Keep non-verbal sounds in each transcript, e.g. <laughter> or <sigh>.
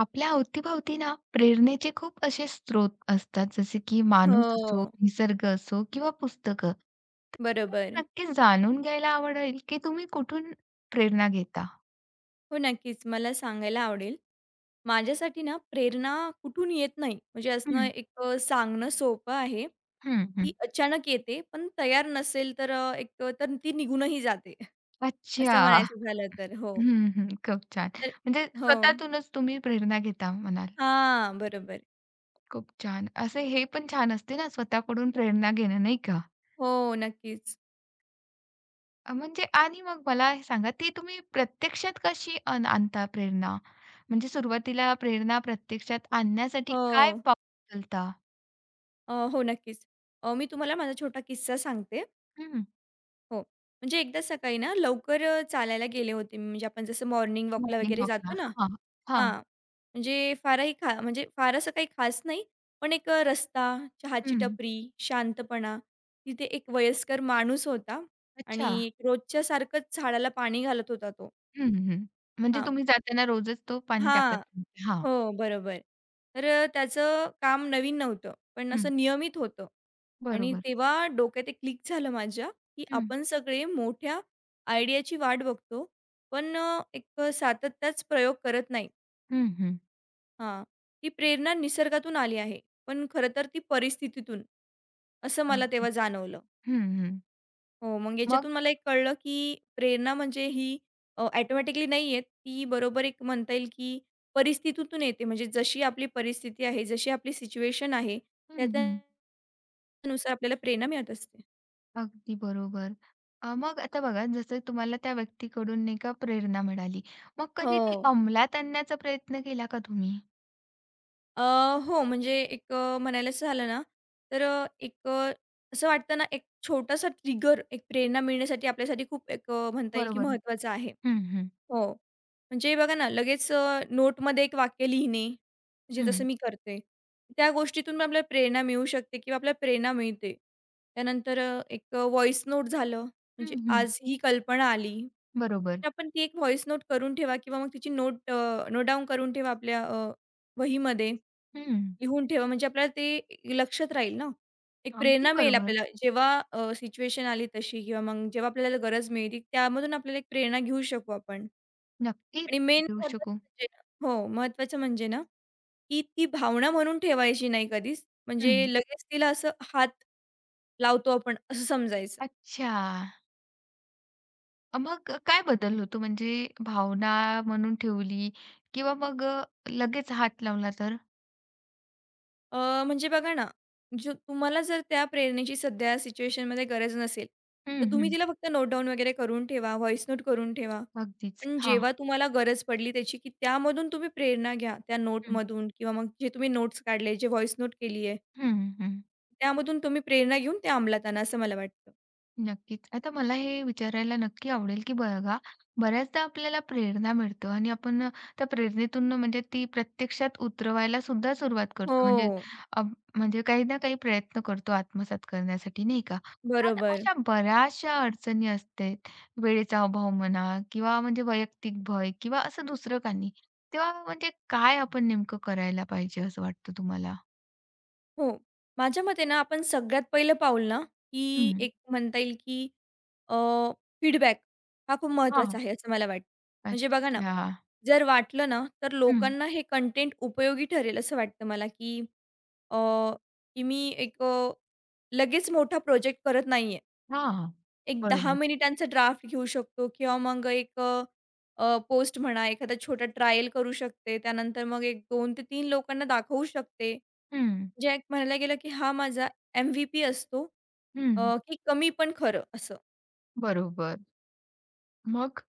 आपल्या अवतीभवती ना प्रेरणेचे खूप असे स्रोत असतात, जसे की माणूस असो, हो, निसर्ग असो किंवा पुस्तकं. तर मला बरोबर. नक्की जाणून घ्यायला आवडेल, की तुम्ही कुठून प्रेरणा घेता? हो, नक्कीच. मला सांगायला आवडेल. माझ्यासाठी ना प्रेरणा कुठून येत नाही, म्हणजे असणं हं, एक सांगणं सोपं आहे. हं, ती हं. अचानक येते, पण तयार नसेल तर तर ती निघूनही जाते. <laughs> अच्छा. असं म्हणायचं झालं तर. हो, हं, हं. खूप छान. तर म्हणजे हो. स्वतःतूनच तुम्ही प्रेरणा घेता म्हणाल. हा, बरोबर. खूप छान. असे हे पण छान असते ना स्वतःकडून प्रेरणा घेणं, नाही का? हो, नक्कीच. म्हणजे आणि मग मला हे सांगा, ती तुम्ही प्रत्यक्षात कशी आणता प्रेरणा? म्हणजे सुरुवातीला प्रेरणा प्रत्यक्षात आणण्यासाठी काय हो. पाऊल उचलता? हो, नक्कीच. मी तुम्हाला माझा छोटा किस्सा सांगते. हं, हो, म्हणजे एकदा सकाळी ना लवकर चालायला गेले होते मी. म्हणजे आपण जसं मॉर्निंग वॉकला मॉर्निंग वगैरे वॉकला. जातो ना हां, हां. हां, म्हणजे फारही खा म्हणजे फार असं काही खास नाही, पण एक रस्ता, चहाची हं. टपरी, शांतपणा. तिथे एक वयस्कर माणूस होता अच्छा. आणि रोजच्या सारखंच झाडाला पाणी घालत होता तो. हं, हं. म्हणजे हां. तुम्ही जाताना रोजच तो पाणी टाकत हां. नाही. हां. हो, बरोबर. तर त्याचं काम नवीन नव्हतं, पण हं. असं नियमित होतं आणि बरोबर. तेव्हा डोक्यात एक क्लिक झालं माझ्या, की हं. आपण सगळे मोठ्या आयडियाची वाट बघतो, पण एक सातत्याच प्रयोग करत नाही. हं, हं. हां. ही प्रेरणा निसर्गातून आली आहे, पण खरं तर ती परिस्थितीतून, असं मला अगदी. तेव्हा जाणवलं. हं, हं. हो, मग मग? याच्यातून मला एक कळलं, की प्रेरणा म्हणजे ही ऑटोमॅटिकली नाही येत. ती बरोबर एक म्हणता येईल, की परिस्थितीतून येते. म्हणजे जशी आपली परिस्थिती आहे, जशी आपली सिच्युएशन आहे, हं, हं. त्याच्यानुसार आपल्याला प्रेरणा मिळत असते. अगदी बरोबर. मग आता बघा जसं तुम्हाला त्या व्यक्तीकडून नाही का प्रेरणा मिळाली. मग कधी ती हो. अंमलात आणण्याचा प्रयत्न केला का तुम्ही? अ, हो, म्हणजे एक म्हणायलाच झालं ना, तर असं वाटतं ना, एक छोटासा ट्रिगर एक प्रेरणा मिळण्यासाठी आपल्यासाठी खूप एक म्हणता येईल, की बरोबर. महत्त्वाचा आहे. हं, हं. हो, म्हणजे बघा ना, लगेच नोटमध्ये एक वाक्य लिहिणे, म्हणजे जसं हं. मी करते. त्या गोष्टीतून पण आपल्याला प्रेरणा मिळू शकते किंवा आपल्याला प्रेरणा मिळते. त्यानंतर व्हॉईस नोट झालं, हं, म्हणजे हं. आज ही कल्पना आली, बरोबर. तर आपण ती एक व्हॉईस नोट करून ठेवा किंवा मग तिची नोट नोट डाउन करून ठेवा आपल्या वहीमध्ये हं. लिहून ठेवा, म्हणजे आपल्याला ते लक्षात राहील ना. एक अगदी प्रेरणा मिळेल बरोबर. आपल्याला जेव्हा सिच्युएशन आली तशी किंवा मग जेव्हा आपल्याला गरज मिळते, त्यामधून आपल्याला एक प्रेरणा घेऊ शकू आपण. नक्कीच आणि मेन देऊ महत्वाचं शकू. म्हणजे ना, हो, महत्वाचं म्हणजे ना, की ती भावना म्हणून ठेवायची नाही कधीच. म्हणजे हं. लगेच तिला असं हात लावतो आपण असं समजायचं. अच्छा. मग काय बदल होतो म्हणजे भावना म्हणून ठेवली किंवा मग लगेच हात लावला तर? म्हणजे बघा ना, जो तुम्हाला जर त्या प्रेरणेची सध्या सिच्युएशनमध्ये गरज नसेल, तर हं, तुम्ही हं. तिला फक्त नोट डाउन वगैरे करून ठेवा, व्हॉईस नोट करून ठेवा. अगदीच. पण हां. जेव्हा तुम्हाला गरज पडली त्याची, की त्यामधून तुम्ही प्रेरणा घ्या. त्या हं. नोटमधून किंवा मग जे तुम्ही नोट्स काढले, जे व्हॉईस नोट केली आहे, हं, हं. त्यामधून तुम्ही प्रेरणा घेऊन ते अंमलात आणा असं मला वाटतं. नक्कीच. आता मला हे विचारायला नक्की आवडेल, की बघा बऱ्याचदा आपल्याला प्रेरणा मिळतं आणि आपण त्या प्रेरणेतून म्हणजे ती प्रत्यक्षात उतरवायला सुद्धा सुरुवात करतो. म्हणजे हो, अ, म्हणजे काही ना काही प्रयत्न करतो आत्मसात करण्यासाठी नाही का? पण बरोबर. अशा बऱ्याचशा अडचणी असते. वेळेचा अभाव म्हणा किंवा म्हणजे वैयक्तिक भय किंवा असं दुसरं काही. तेव्हा म्हणजे काय आपण नेमकं करायला पाहिजे असं वाटतं तुम्हाला? हो. माझ्या मते ना, आपण सगळ्यात पहिलं पाऊल ना, की हं. एक म्हणता येईल की अ, फीडबॅक हा खूप हां. महत्त्वाचा आहे, असं मला वाटतं. म्हणजे बघा ना, अच्छा. जर वाटलं ना, तर हं. लोकांना हे कंटेंट उपयोगी ठरेल असं वाटतं मला, की अ, की मी एक लगेच मोठा प्रोजेक्ट करत नाहीये. हां. एक 10 बरोबर. मिनिटांचा ड्राफ्ट घेऊ शकतो किंवा मग एक पोस्ट म्हणा, एखादा छोटा ट्रायल करू शकते. त्यानंतर मग एक दोन ते 3 लोकांना दाखवू शकते. हं. जे एक म्हणायला गेलं, की हा माझा एम-व्ही-पी असतो, हं, की कमी पण खरं असं. बरोबर. मग?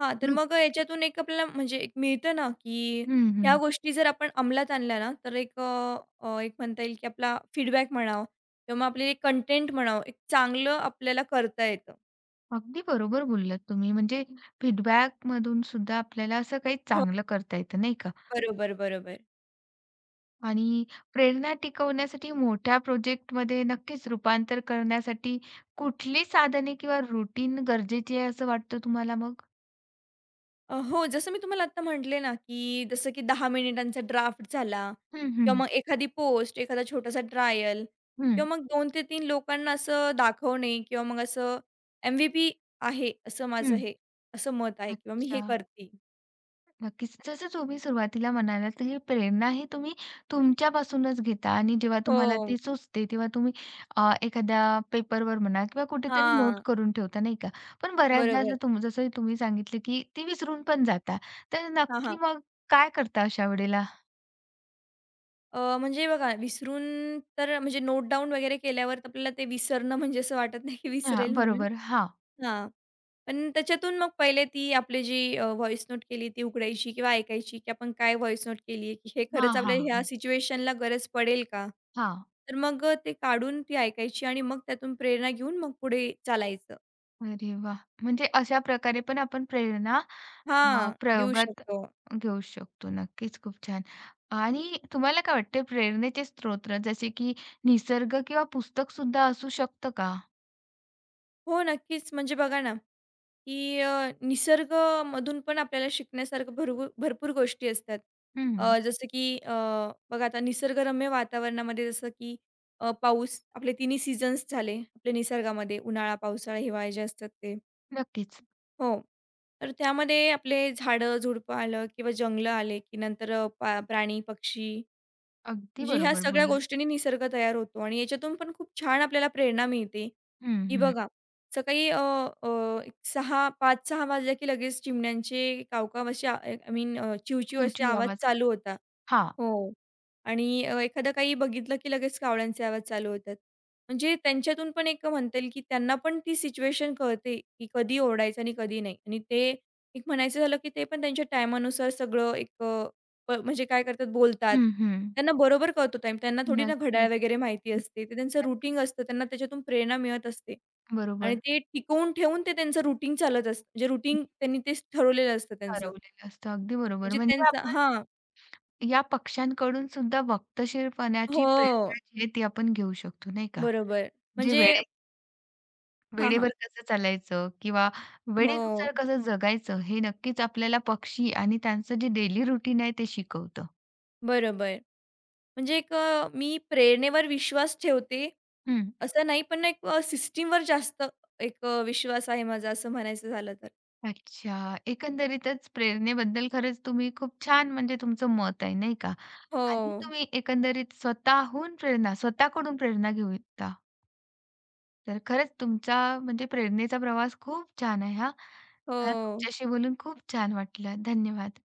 हां, तर हं. मग याच्यातून एक आपल्याला म्हणजे एक मिळतं ना, की हं, हं. ह्या गोष्टी जर आपण अंमलात आणल्या ना, तर एक अ, अ, एक म्हणता येईल, की आपला फीडबॅक म्हणावं किंवा मग आपले कंटेंट म्हणावं, एक चांगलं आपल्याला करता येतं. अगदी बरोबर बोललात तुम्ही. म्हणजे फीडबॅकमधून सुद्धा आपल्याला असं काही हो, चांगलं करता येतं, नाही का? बरोबर, बरोबर. आणि प्रेरणा टिकवण्यासाठी मोठ्या प्रोजेक्टमध्ये नक्कीच रूपांतर करण्यासाठी कुठली साधने किंवा रूटीन गरजेची आहे असं वाटतं तुम्हाला मग? हो, जसं मी तुम्हाला आत्ता म्हटले ना, की जसं की 10 मिनिटांचा ड्राफ्ट झाला हं, किंवा हं. मग एखादी पोस्ट, एखादा छोटासा ट्रायल हं, किंवा मग 2 ते 3 लोकांना असं दाखवणे किंवा मग असं एम-व्ही-पी आहे, असं माझं हं. हे असं मत आहे किंवा मी हे अच्छा. करते. नक्कीच. जसं तुम्ही सुरुवातीला म्हणालात, तर ही प्रेरणा ही तुम्ही तुमच्यापासूनच घेता आणि जेव्हा तुम्हाला हो. ती सुचते, तेव्हा तुम्ही एखाद्या पेपरवर म्हणा किंवा कुठेतरी नोट हां, करून ठेवता, नाही का? पण बऱ्याचदा बरोबर. असं जसं तुम्ही सांगितलं, की ती विसरून पण जाता. तर हां, नक्की हां. मग काय करता अशा वेळेला? म्हणजे बघा विसरून तर म्हणजे नोट डाउन वगैरे केल्यावर तर आपल्याला ते विसरणं म्हणजे असं वाटत नाही की हां, विसरेल म्हणून. बरोबर. हां. हां. पण त्याच्यातून मग पहिले ती आपली जी व्हॉईस नोट केली ती उघडायची किंवा ऐकायची, की आपण काय व्हॉईस नोट केली आहे, की हे हां, खरंच हां, आपल्याला ह्या हां. सिच्युएशनला गरज पडेल का? हां. तर मग ते काढून ती ऐकायची आणि मग त्यातून प्रेरणा घेऊन मग पुढे चालायचं. अरे वाह! म्हणजे अशा प्रकारे पण आपण प्रेरणा हां, घेऊ प्रयोगात शकतो. घेऊ शकतो. नक्कीच, खूप छान. आणि तुम्हाला काय वाटते प्रेरणेचे स्त्रोत जसे की निसर्ग किंवा पुस्तक सुद्धा असू शकतं का? हो, नक्कीच. म्हणजे बघा ना की निसर्गमधून पण आपल्याला शिकण्यासारखं भरपूर भरपूर गोष्टी असतात. हं. जसं की बघा आता निसर्गरम्य वातावरणामध्ये जसं की पाऊस आपले तिन्ही सीझन्स झाले आपल्या निसर्गामध्ये उन्हाळा, पावसाळा, हिवाळा जे असतात ते. नक्कीच. हो. तर त्यामध्ये आपले झाडं-झुडपं आलं किंवा जंगलं आले की नंतर अ, पा प्राणी, पक्षी अगदी म्हणजे ह्या बरोबर सगळ्या बोललात. गोष्टींनी निसर्ग तयार होतो आणि याच्यातून पण खूप छान आपल्याला प्रेरणा मिळते, हं, की हं. बघा सकाळी अ, अ, एक 6 5-6 वाजल्या की लगेच चिमण्यांचे कावकाव असे आय मीन चिवचिव असे चिवचिव आवाज आवाज. चालू होता. हां. हो. आणि एखादं काही बघितलं की लगेच कावळ्यांचे आवाज चालू होतात. म्हणजे त्यांच्यातून पण एक म्हणता येईल की त्यांना पण ती सिच्युएशन कळते, की कधी ओरडायचं आणि कधी नाही. आणि ते एक म्हणायचं झालं की ते पण त्यांच्या टायमानुसार सगळं एक अ, प म्हणजे काय करतात बोलतात. हं, हं. त्यांना बरोबर कळतो टाईम. त्यांना थोडी ना घड्याळ नक्कीच, वगैरे माहिती असते. ते त्यांचं रुटीन नक्कीच. असतं. त्यांना त्याच्यातून प्रेरणा मिळत असते. आणि बरोबर. ते टिकवून ठेवून ते त्यांचं रुटीन चालत असतं. म्हणजे रुटीन त्यांनी तेच ठरवलेलं असतं त्यांचं. हरवलेलं असतं. अगदी बरोबर. म्हणजे म्हणजे त्यांचा आपण हां. या पक्ष्यांकडून सुद्धा वक्तशीरपणाची हो. प्रेरणा जी आहे ती आपण घेऊ शकतो, नाही का? बरोबर. जे म्हणजे हां, वेळेवर हां. कसं चालायचं किंवा हं. हो, वेळेनुसार कसं जगायचं हे नक्कीच आपल्याला पक्षी आणि त्यांचं जे डेली रुटीन आहे ते शिकवतं. बरोबर. म्हणजे एक मी प्रेरणेवर विश्वास ठेवते, हं. असं नाही, पण एक सिस्टीमवर जास्त एक विश्वास आहे माझा, असं म्हणायचं झालं तर. अच्छा. एकंदरीतच प्रेरणेबद्दल खरंच तुम्ही खूप छान म्हणजे तुमचं मत आहे नाही का? आणि हो, तुम्ही एकंदरीत स्वतःहून प्रेरणा स्वतःकडून प्रेरणा घेता. तर खरंच तुमचा म्हणजे प्रेरणेचा प्रवास खूप छान आहे हां. हो. मला तुमच्याशी बोलून खूप छान वाटलं. धन्यवाद.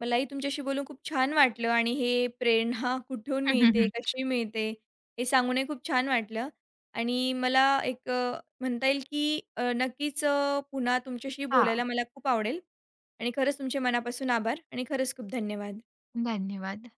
मलाही तुमच्याशी बोलून खूप छान वाटलं आणि हे प्रेरणा कुठून मिळते, <laughs> कशी मिळते, हे सांगूनही खूप छान वाटलं आणि मला एक म्हणता येईल की नक्कीच पुन्हा तुमच्याशी हां. बोलायला मला खूप आवडेल आणि खरंच तुमचे मनापासून आभार आणि खरंच खूप धन्यवाद. धन्यवाद.